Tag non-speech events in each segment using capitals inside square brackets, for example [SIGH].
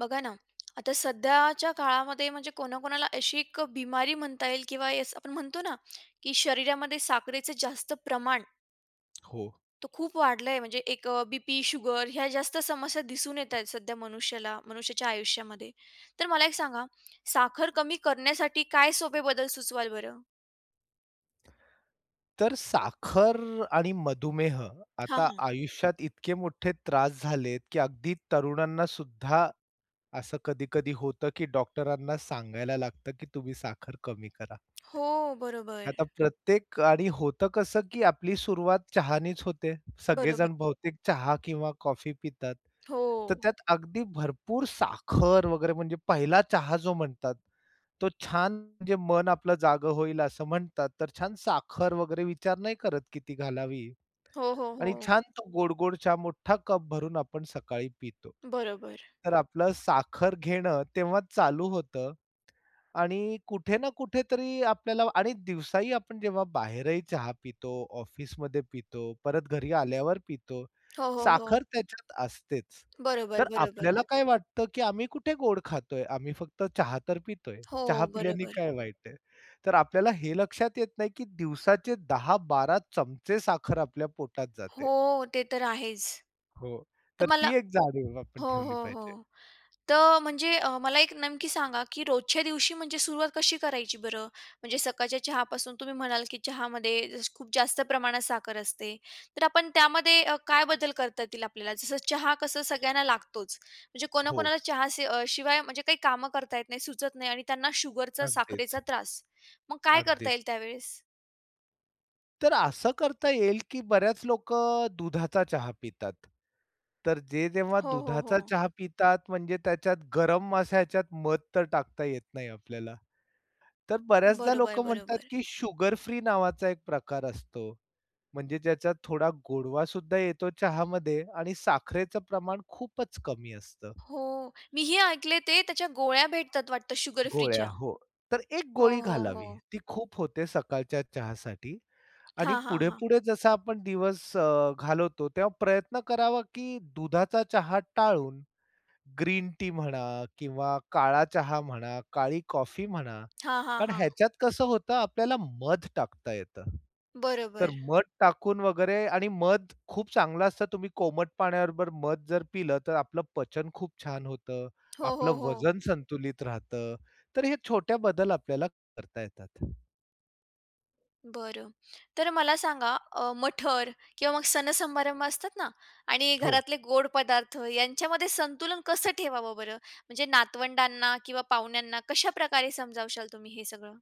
बघा ना, आता सध्याच्या काळामध्ये म्हणजे कोणाकोणाला अशी एक बिमारी म्हणता येईल किंवा येस आपण म्हणतो ना, की शरीरामध्ये साखरेचं जास्त प्रमाण हो. तो खूप वाढलंय म्हणजे एक बीपी शुगर ह्या जास्त समस्या दिसून येत आहेत सध्या मनुष्याला, मनुष्याच्या आयुष्यामध्ये. तर मला एक सांगा, साखर कमी करण्यासाठी काय सोपे बदल सुचवाल बरं? तर साखर आणि मधुमेह हां, आता हां. आयुष्यात इतके मोठे त्रास झालेत, की अगदी तरुणांना सुद्धा असं कधी-कधी होतं, की डॉक्टरांना सांगायला लागतं, की तुम्ही साखर कमी करा. हो, बरोबर. आता प्रत्येक आणि होतं कसं, की आपली सुरुवात चहानीच होते. बरोबर. सगळेजण बहुतेक चहा किंवा कॉफी पितात. हो. तर त्यात अगदी भरपूर साखर वगैरे म्हणजे पहिला चहा जो म्हणतात तो छान म्हणजे मन आपलं जागं होईल असं म्हणतात, तर छान साखर वगैरे विचार नाही करत किती घालावी हो, हो, आणि हो. छान तो गोड-गोड चहा मोठा कप भरून आपण सकाळी पितो. बरोबर. तर आपलं साखर घेणं तेव्हा चालू होतं आणि कुठे ना कुठेतरी आपल्याला आणि दिवसाही आपण जेव्हा बाहेरही चहा पितो, ऑफिसमध्ये पितो, परत घरी आल्यावर पितो, हो, हो, हो. साखर त्याच्यात असतेच. बरोबर, तर बरोबर. आपल्याला काय वाटतं, की आम्ही कुठे गोड खातोय, आम्ही फक्त चहा तर पितोय. हो, चहा पिल्याने बरोबर. काय वाईट आहे? तर आपल्याला हे लक्षात येत नाही, की दिवसाचे 10 12 चमचे साखर आपल्या पोटात जाते. हो, ते तर आहेच. हो, तर तर ती मला एक जाणीव आपण हो, ठेवली हो, पाहिजे. हो. तर म्हणजे मला एक नेमकी सांगा, की रोजच्या दिवशी म्हणजे सुरुवात कशी करायची बरं? म्हणजे सकाळच्या चहापासून तुम्ही म्हणाल, की चहामध्ये जस खूप जास्त प्रमाणात साखर असते. तर आपण त्यामध्ये काय बदल करता येतील आपल्याला? जसं चहा कसं सगळ्यांना लागतोच. म्हणजे हो, कोणाकोणाला चहा शिवाय म्हणजे काही कामं करता येत नाही, सुचत नाही आणि त्यांना शुगरचा, अगदीच, साखरेचा त्रास. मग काय करता अगदीच. येईल त्यावेळेस? तर असं करता येईल, की बऱ्याच लोकं दुधाचा चहा पितात. तर जे जेव्हा हो, हो, हो. दुधाचा चहा पितात म्हणजे त्याच्यात गरम असा ह्याच्यात मध तर टाकता येत नाही आपल्याला. तर बऱ्याचदा बरोबर, लोकं म्हणतात, बरोबर. की शुगर फ्री नावाचा एक प्रकार असतो. म्हणजे ज्याच्यात थोडा गोडवा सुद्धा येतो चहामध्ये आणि साखरेचं प्रमाण खूपच कमी असतं. हो, मीही ऐकले ते त्याच्या गोळ्या भेटतात वाटतं शुगर गोळ्या फ्रीच्या. हो. तर एक हो, गोळी हो, हो. घालावी. ती खूप होते सकाळच्या चहासाठी आणि हां, हां, हां. पुढे-पुढे जसा आपण दिवस घालवतो, तेव्हा प्रयत्न करावा, की दुधाचा चहा टाळून ग्रीन टी म्हणा किंवा काळा चहा म्हणा, काळी कॉफी म्हणा. हां, हां, कारण हां. ह्याच्यात कसं होतं आपल्याला मध टाकता येतं. तर हं. बरोबर. मध टाकून वगैरे आणि मध खूप चांगलं असतं. तुम्ही कोमट पाण्याबरोबर मध जर पिलं तर आपलं पचन खूप छान होतं. हो, हो, आपलं हो. वजन संतुलित राहतं. तर हे छोट्या बदल आपल्याला करता येतात. बरं. तर मला सांगा मठ्ठर किंवा मग सण-समारंभ असतात ना आणि हो. घरातले गोड पदार्थ यांच्यामध्ये संतुलन कसं ठेवावं बरं? म्हणजे नातवंडांना किंवा पाहुण्यांना कशाप्रकारे समजावशाल तुम्ही हे सगळं?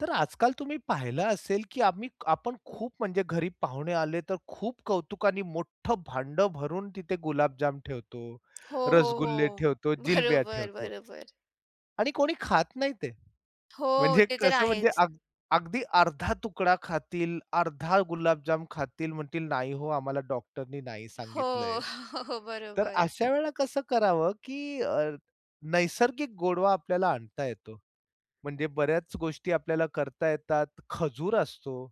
तर आजकाल तुम्ही पाहिलं असेल, की आम्ही आपण खूप म्हणजे घरी पाहुणे आले, तर खूप कौतुकाने मोठं भांडं भरून तिथे गुलाबजाम ठेवतो, हो, हो, हो. रसगुल्ले ठेवतो, जिलब्या बरोबर, ठेवतो बरोबर. आणि कोणी खात नाही ते. हो, म्हणजे ते तर कसं म्हणजे आहेच. अगदी अर्धा तुकडा खातील, अर्धा गुलाबजाम खातील, म्हणतील, "नाही हो, आम्हाला डॉक्टरनी नाही हो, सांगितलंय." [LAUGHS] हो, तर बरोबर. अशा वेळेला कसं करावं, की नैसर्गिक गोडवा आपल्याला आणता येतो. म्हणजे बऱ्याच गोष्टी आपल्याला करता येतात. खजूर असतो,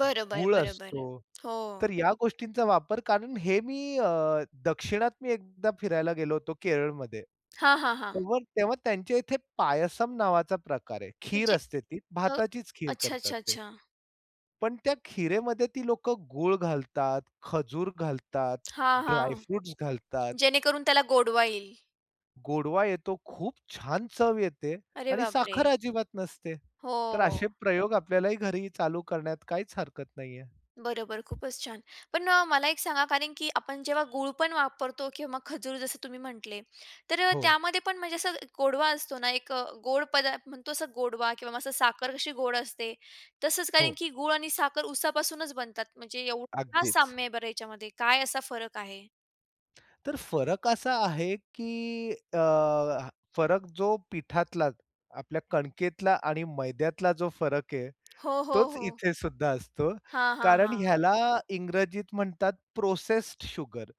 बरोबर, गूळ बरोबर. असतो. हो. तर या गोष्टींचा वापर कारण हे मी अ, दक्षिणात मी एकदा फिरायला गेलो होतो केरळमध्ये. हां, हां, हां. तेव्हा तेव्हा त्यांच्या इथे पायसम नावाचा प्रकार आहे. खीर म्हणजे असते ती. अ, भाताचीच खीर अच्छा, करतात अच्छा, ते. अच्छा. पण त्या खिरेमध्ये ती लोकं गूळ घालतात, खजूर घालतात, हां, हां. ड्राय घालतात. जेणेकरून त्याला गोडवा येईल. गोडवा येतो, खूप छान चव येते अरे आणि बापरे! साखर अजिबात नसते. हो. तर असे प्रयोग आपल्यालाही घरी चालू करण्यात काहीच हरकत नाहीये. बरोबर, खूपच छान. पण मला एक सांगा कारण की आपण जेव्हा गूळ पण वापरतो किंवा मग खजूर जसं तुम्ही म्हटले, तर हो, त्यामध्ये पण म्हणजे असं गोडवा असतो ना एक गोड पदार्थ म्हणतो असं गोडवा किंवा मग असं साखर कशी गोड असते, तसंच कारण हो. की गूळ आणि साखर उसापासूनच बनतात. म्हणजे एवढं का अगदीच. साम्य आहे बरं याच्यामध्ये? काय असा फरक आहे? तर फरक असा आहे, की फरक जो पिठातला आपल्या कणकेतला आणि मैद्यातला जो फरक आहे, हो, हो, तोच हो. इथे सुद्धा असतो. हां, हां, कारण हां. ह्याला इंग्रजीत म्हणतात प्रोसेस्ड शुगर.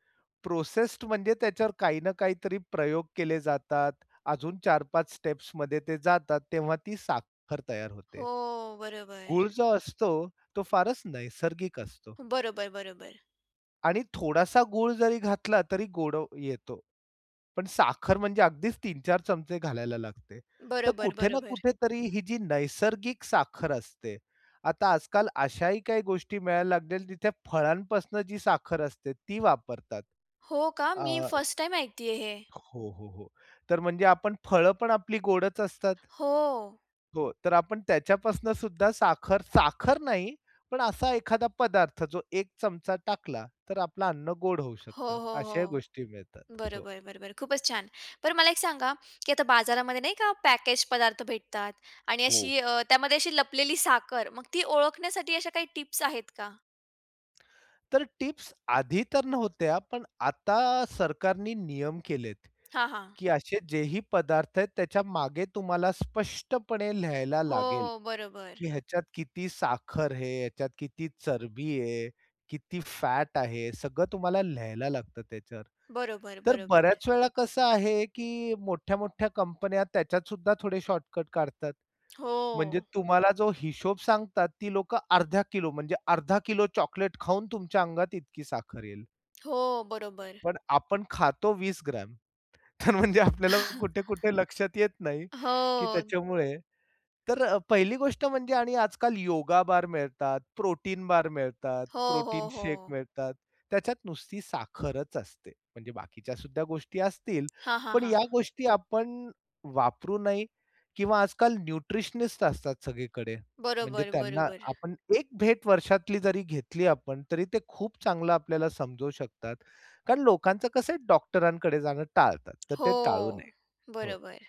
प्रोसेस्ड म्हणजे त्याच्यावर काही ना काहीतरी प्रयोग केले जातात. अजून 4-5 स्टेप्समध्ये ते जातात, तेव्हा ती साखर तयार होते. हो, गूळ बरोबर. जो असतो, तो फारच नैसर्गिक असतो बरोबर, बरोबर. आणि थोडासा गूळ जरी घातला तरी गोड येतो. पण साखर म्हणजे अगदीच 3-4 चमचे घालायला लागते. तर बरोबर, कुठे ना बरोबर. कुठेतरी ही जी नैसर्गिक साखर असते, आता आजकाल अशाही काही गोष्टी मिळायला लागलेल्या तिथे फळांपासून जी साखर असते ती वापरतात. हो का? अ, मी फर्स्ट टाइम ऐकतीये हे. हो, हो, हो. तर म्हणजे आपण फळं पण आपली गोडच असतात. हो. हो, तर आपण त्याच्यापासून सुद्धा साखर साखर नाही, पण असा एखादा पदार्थ जो 1 चमचा टाकला, तर आपलं अन्न गोड होऊ हो, शकतं. हो, अशाही हो. गोष्टी मिळतात. हो, बरोबर, बरोबर. खूपच छान. बरं मला एक सांगा, की आता बाजारामध्ये नाही का पॅकेज पदार्थ भेटतात आणि हो. अशी त्यामध्ये अशी लपलेली साखर, मग ती ओळखण्यासाठी अशा काही टिप्स आहेत का? तर टिप्स आधी तर नव्हत्या, पण आता सरकारनी नियम केलेत, हा हा की असे जेही पदार्थ आहेत त्याच्या मागे तुम्हाला स्पष्टपणे लिहायला लागेल, हो, बरोबर. की ह्याच्यात किती साखर आहे, ह्याच्यात किती चरबी आहे, किती फॅट आहे, सगळं तुम्हाला लिहायला लागतं त्याच्यावर. बरोबर, तर बरोबर. बऱ्याच वेळा कसं आहे, की मोठ्या-मोठ्या कंपन्या त्याच्यात सुद्धा थोडे शॉर्टकट काढतात. हो. म्हणजे तुम्हाला जो हिशोब सांगतात, ती लोकं अर्धा किलो म्हणजे अर्धा किलो चॉकलेट खाऊन तुमच्या अंगात इतकी साखर येईल. हो, बरोबर. पण आपण खातो 20 ग्रॅम. तर म्हणजे आपल्याला [LAUGHS] कुठे-कुठे लक्षात येत नाही, की हो. त्याच्यामुळे तर पहिली गोष्ट म्हणजे आणि आजकाल योगा बार मिळतात, प्रोटीन बार मिळतात, हो, हो, प्रोटीन हो. शेक मिळतात. त्याच्यात नुसती साखरच असते. म्हणजे बाकीच्या सुद्धा गोष्टी असतील, हां, हां, पण या हां. गोष्टी आपण वापरू नये किंवा आजकाल न्यूट्रिशनिस्ट असतात सगळीकडे. म्हणजे बरोबर, त्यांना बरोबर. आपण एक भेट वर्षातली जरी घेतली आपण, तरी ते खूप चांगलं आपल्याला समजवू शकतात. कारण लोकांचं कसं आहे डॉक्टरांकडे जाणं टाळतात, तर ते टाळू नये. हो. हो, बरोबर.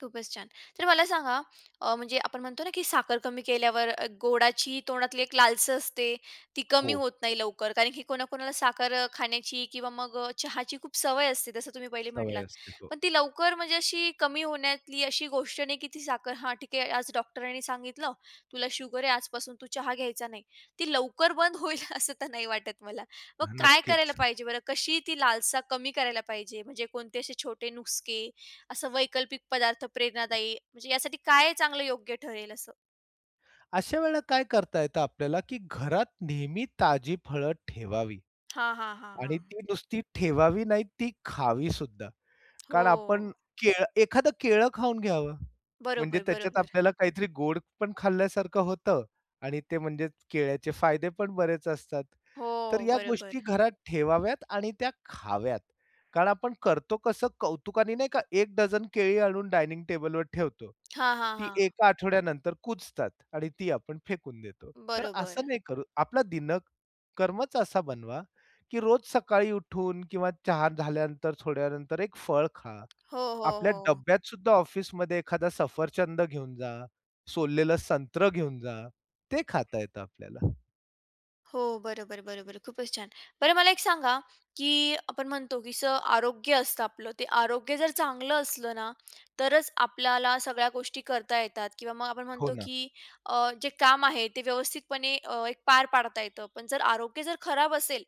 खूपच छान. तर मला सांगा म्हणजे आपण म्हणतो ना, की साखर कमी केल्यावर गोडाची तोंडातली एक लालसा असते, ती कमी हो. होत नाही लवकर. कारण की कोणाकोणाला साखर खाण्याची किंवा मग चहाची खूप सवय असते, जसं तुम्ही पहिले सवय म्हणालात. असते. हो. पण ती लवकर म्हणजे अशी कमी होण्यातली अशी गोष्ट नाही, की ती साखर हां, ठीक आहे, आज डॉक्टरांनी सांगितलं, तुला शुगर आहे, आजपासून तू चहा घ्यायचा नाही. ती लवकर बंद होईल [LAUGHS] असं तर नाही वाटत मला. मग काय करायला नक्कीच. पाहिजे बरं? कशी ती लालसा कमी करायला पाहिजे? म्हणजे कोणते असे छोटे नुस्खे असं वैकल्पिक पदार्थ प्रेरणादायी म्हणजे यासाठी काय चांगलं योग्य ठरेल असं? अशा वेळेला काय करता येतं आपल्याला, की घरात नेहमी ताजी फळं ठेवावी हां, हां, हां, आणि हां. ती नुसती ठेवावी नाही, ती खावी सुद्धा हो. कारण आपण केळ एखादं केळं खाऊन घ्यावं. म्हणजे बरोबर, त्याच्यात बरोबर. आपल्याला काहीतरी गोड पण खाल्ल्यासारखं होतं आणि ते म्हणजे केळ्याचे फायदे पण बरेच असतात. तर हो, या बरोबर. गोष्टी घरात ठेवाव्यात आणि त्या खाव्यात. कारण आपण करतो कसं कौतुकाने नाही का, एक डझन केळी आणून डायनिंग टेबलवर ठेवतो. हां, हां, ती हां. एका आठवड्यानंतर कुजतात आणि ती आपण फेकून देतो. तर बरोबर. असं नाही करू. आपला दिनक्रमच असा बनवा की रोज सकाळी उठून किंवा चहा झाल्यानंतर थोड्या वेळानंतर एक फळ खा. हो, हो, आपल्या हो. डब्यात सुद्धा ऑफिसमध्ये एखादा सफरचंद घेऊन जा, सोललेलं संत्र घेऊन जा. ते खाता येतं आपल्याला. हो, बरोबर, बरोबर. खूपच छान. बरं मला एक सांगा, की आपण म्हणतो की आरोग्य असतं आपलं, ते आरोग्य जर चांगलं असलं ना, तरच आपल्याला सगळ्या गोष्टी करता येतात किंवा मग आपण हो म्हणतो ना. की जे काम आहे ते व्यवस्थितपणे एक पार पाडता येतं. पण जर आरोग्य जर खराब असेल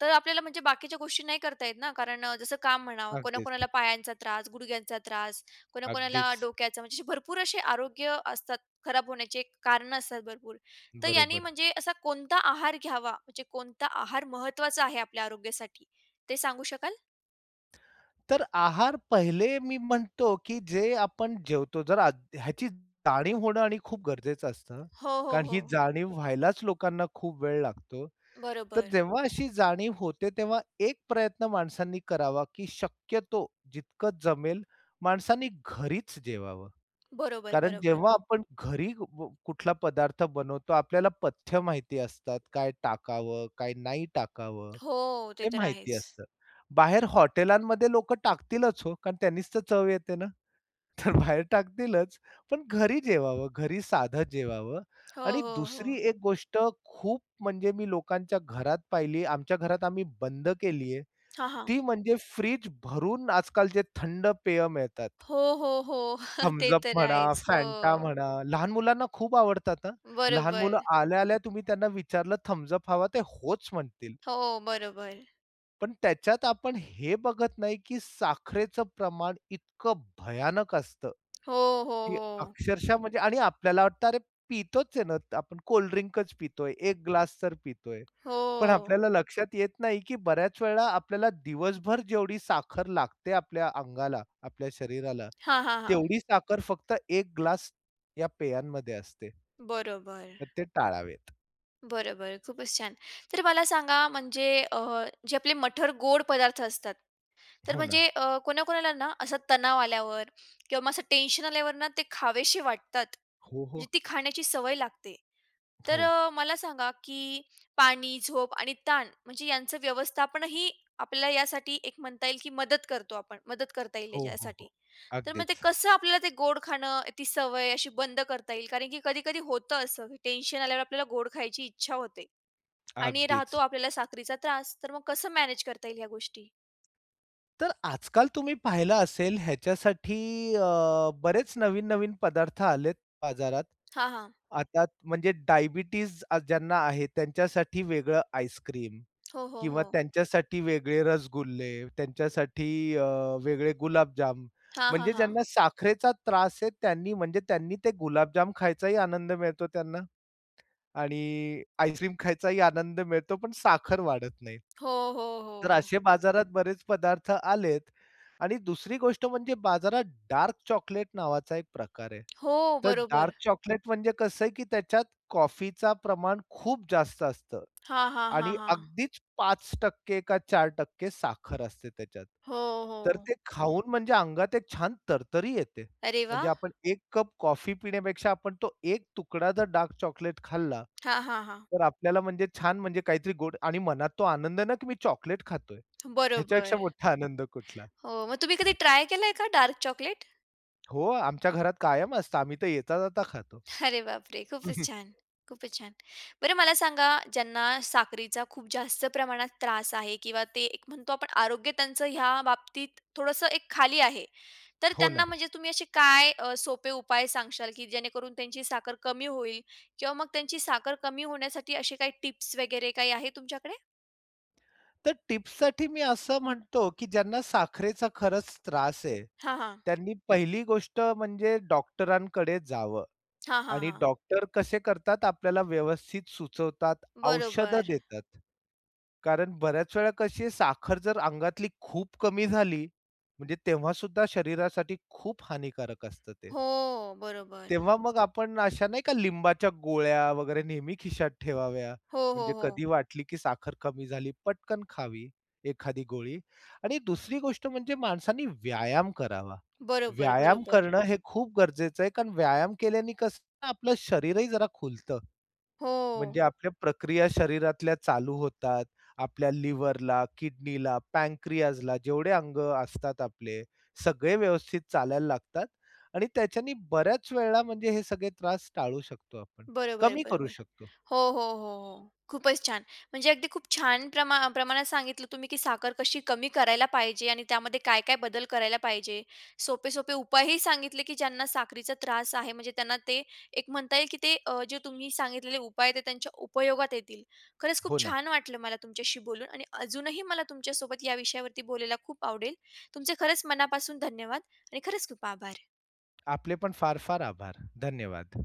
तर आपल्याला म्हणजे बाकीच्या गोष्टी नाही करता येत ना, कारण जसं काम म्हणावं, अगदीच, कोणाकोणाला पायांचा त्रास, गुडघ्यांचा त्रास, कोणाकोणाला अगदीच. डोक्याचा, म्हणजे असे भरपूर असे आरोग्य असतात खराब होण्याचे कारण असतात भरपूर. तर यानी बरोबर. म्हणजे असा कोणता आहार घ्यावा, म्हणजे कोणता आहार महत्त्वाचा आहे आपल्या आरोग्यासाठी, ते सांगू शकाल? तर आहार पहिले मी म्हणतो, की जे आपण जेवतो जर आ ह्याची जाणीव होणं आणि खूप गरजेचं असतं. हो, हो, कारण हो. ही जाणीव व्हायलाच लोकांना खूप वेळ लागतो. तर बरोबर. जेव्हा अशी जाणीव होते, तेव्हा एक प्रयत्न माणसांनी करावा, की शक्यतो जितकं जमेल माणसांनी घरीच जेवावं. बरोबर, कारण बरोबर. जेव्हा आपण घरी कुठला पदार्थ बनवतो, आपल्याला पथ्य माहिती असतात. काय टाकावं, काय नाही टाकावं, हो, ते ते तर माहिती आहेच. असतं. बाहेर हॉटेलांमध्ये लोकं टाकतीलच हो, कारण त्यांनीच तर चव येते ना. तर बाहेर टाकतीलच, पण घरी जेवावं, घरी साधं जेवावं हो, आणि हो, हो. दुसरी एक गोष्ट खूप म्हणजे मी लोकांच्या घरात पाहिली, आमच्या घरात आम्ही बंद केली आहे. हां, हां. ती म्हणजे फ्रीज भरून आजकाल जे थंड पेय मिळतात. हो, हो, हो. [LAUGHS] थम्स ते अप तर म्हणा, आहेच. हो. Fanta म्हणा, लहान मुलांना खूप आवडतात हां. लहान बरोबर. मुलं आल्या-आल्या तुम्ही त्यांना विचारलं थम्स हवा? ते होच म्हणतील. हो, बरोबर. पण त्याच्यात आपण हे बघत नाही, की साखरेचं प्रमाण इतकं भयानक असतं. हो, हो, की हो. अक्षरशः म्हणजे आणि आपल्याला वाटतं अरे पितोच आहे ना, आपण कोल्ड ड्रिंकच पितोय, 1 ग्लास तर पितोय. हो. पण आपल्याला लक्षात येत नाही, की बऱ्याच वेळा आपल्याला दिवसभर जेवढी साखर लागते आपल्या अंगाला, आपल्या शरीराला, हां, हां, हां. तेवढी साखर फक्त 1 ग्लास या पेयांमध्ये असते. बरोबर, तर ते टाळावेत. बरोबर. खूपच छान. तर मला सांगा म्हणजे जे आपले मठर गोड पदार्थ असतात, तर हो ना. म्हणजे कोणाकोणाला ना असा तणाव आल्यावर किंवा मग असं टेन्शन आल्यावर ना ते खावेसे वाटतात. हो, हो. म्हणजे ती खाण्याची सवय लागते. तर हो. मला सांगा की पाणी, झोप आणि ताण म्हणजे यांचं व्यवस्थापनही आपल्याला यासाठी एक म्हणता येईल की मदत करतो आपण. मदत करता येईल हो, हो, याच्यासाठी. हो. तर मग ते अगदीच. कसं आपल्याला ते गोड खाणं, ती सवय अशी बंद करता येईल? कारण की कधी-कधी होतं असं, की टेन्शन आल्यावर आपल्याला गोड खायची इच्छा होते आणि अगदीच. राहतो आपल्याला साखरीचा त्रास. तर मग कसं मॅनेज करता येईल ह्या गोष्टी? तर आजकाल तुम्ही पाहिलं असेल ह्याच्यासाठी बरेच नवीन-नवीन पदार्थ आलेत बाजारात. हां, हां. आता म्हणजे डायबिटीज ज्यांना आहे त्यांच्यासाठी वेगळं आईस्क्रीम हो, हो, किंवा हो. त्यांच्यासाठी वेगळे रसगुल्ले, त्यांच्यासाठी अ, वेगळे गुलाबजाम. हां, हां, म्हणजे हां. ज्यांना साखरेचा त्रास आहे त्यांनी म्हणजे त्यांनी ते गुलाबजाम खायचाही आनंद मिळतो त्यांना आणि आईस्क्रीम खायचाही आनंद मिळतो, पण साखर वाढत नाही. हो, हो, हो. तर असे बाजारात बरेच पदार्थ आलेत आणि दुसरी गोष्ट म्हणजे बाजारात डार्क चॉकलेट नावाचा एक प्रकार आहे. हो, तर डार्क बरोबर. चॉकलेट म्हणजे कसं आहे, की त्याच्यात कॉफीचा प्रमाण खूप जास्त असतं हां, हा हा, आणि हां. अगदीच 5% का 4% साखर असते त्याच्यात. हो, तर हो. ते खाऊन म्हणजे अंगात एक छान तरतरी येते. अरे म्हणजे वाह! आपण 1 कप कॉफी पिण्यापेक्षा आपण तो एक तुकडा जर डार्क चॉकलेट खाल्ला, हां, हां, हां. तर आपल्याला म्हणजे छान म्हणजे काहीतरी गोड आणि मनात तो आनंद ना, की मी चॉकलेट खातोय. ह्याच्यापेक्षा बरोबर. मोठा आनंद कुठला. हो, मग तुम्ही कधी ट्राय केलंय का डार्क चॉकलेट? हो, आमच्या घरात कायम असतं. आम्ही तर येता-जाता खातो. अरे बापरे! [LAUGHS] खूपच हं, छान, खूपच छान. बरं मला सांगा, ज्यांना साखरेचा खूप जास्त प्रमाणात त्रास आहे किंवा ते एक म्हणतो आपण आरोग्य त्यांचं ह्या बाबतीत थोडंसं एक खाली आहे. तर हो ना. त्यांना म्हणजे तुम्ही असे काय सोपे उपाय सांगशाल, की जेणेकरून त्यांची साखर कमी होईल किंवा मग त्यांची साखर कमी होण्यासाठी असे काही टिप्स वगैरे काही आहे तुमच्याकडे? तर टिप्ससाठी मी असं म्हणतो, की ज्यांना साखरेचा खरंच त्रास आहे, हां, हां. त्यांनी पहिली गोष्ट म्हणजे डॉक्टरांकडे जावं. हां, हां, आणि हां. डॉक्टर कसे करतात आपल्याला व्यवस्थित सुचवतात, औषधं बरोबर. देतात. कारण बऱ्याच वेळा कशी आहे साखर जर अंगातली खूप कमी झाली, म्हणजे तेव्हा सुद्धा शरीरासाठी खूप हानिकारक असतं ते. हो, बरोबर. तेव्हा मग आपण अशा नाही का लिंबाच्या गोळ्या वगैरे नेहमी खिशात ठेवाव्या. हो, हो, म्हणजे हो. कधी वाटली की साखर कमी झाली, पटकन खावी एखादी गोळी. आणि दुसरी गोष्ट म्हणजे माणसांनी व्यायाम करावा. बरोबर, व्यायाम बरोबर. करणं हे खूप गरजेचं आहे, कारण व्यायाम केल्याने कसं ना आपलं शरीरही जरा खुलतं. हो. म्हणजे आपल्या प्रक्रिया शरीरातल्या चालू होतात. आपल्या लिव्हरला, किडनीला, पँक्रियाजला जेवढे अंग असतात आपले, सगळे व्यवस्थित चालायला लागतात आणि त्याच्याने बऱ्याच वेळेला म्हणजे हे सगळे त्रास टाळू शकतो आपण, बरोबर, कमी करू बरोबर. शकतो. हो, हो, हो, हो. खूपच छान. म्हणजे अगदी खूप छान प्रमाणात सांगितलं तुम्ही, की साखर कशी कमी करायला पाहिजे आणि त्यामध्ये काय-काय बदल करायला पाहिजे. सोपे-सोपे उपायही सांगितले, की ज्यांना साखरीचा त्रास आहे, म्हणजे त्यांना ते एक म्हणता येईल, की ते जे तुम्ही सांगितलेले उपाय ते त्यांच्या उपयोगात येतील. खरंच हो खूप ना. छान वाटलं मला तुमच्याशी बोलून आणि अजूनही मला तुमच्यासोबत या विषयावरती बोलायला खूप आवडेल. तुमचे खरंच मनापासून धन्यवाद आणि खरंच खूप आभार. आपले पण फार-फार आभार. धन्यवाद.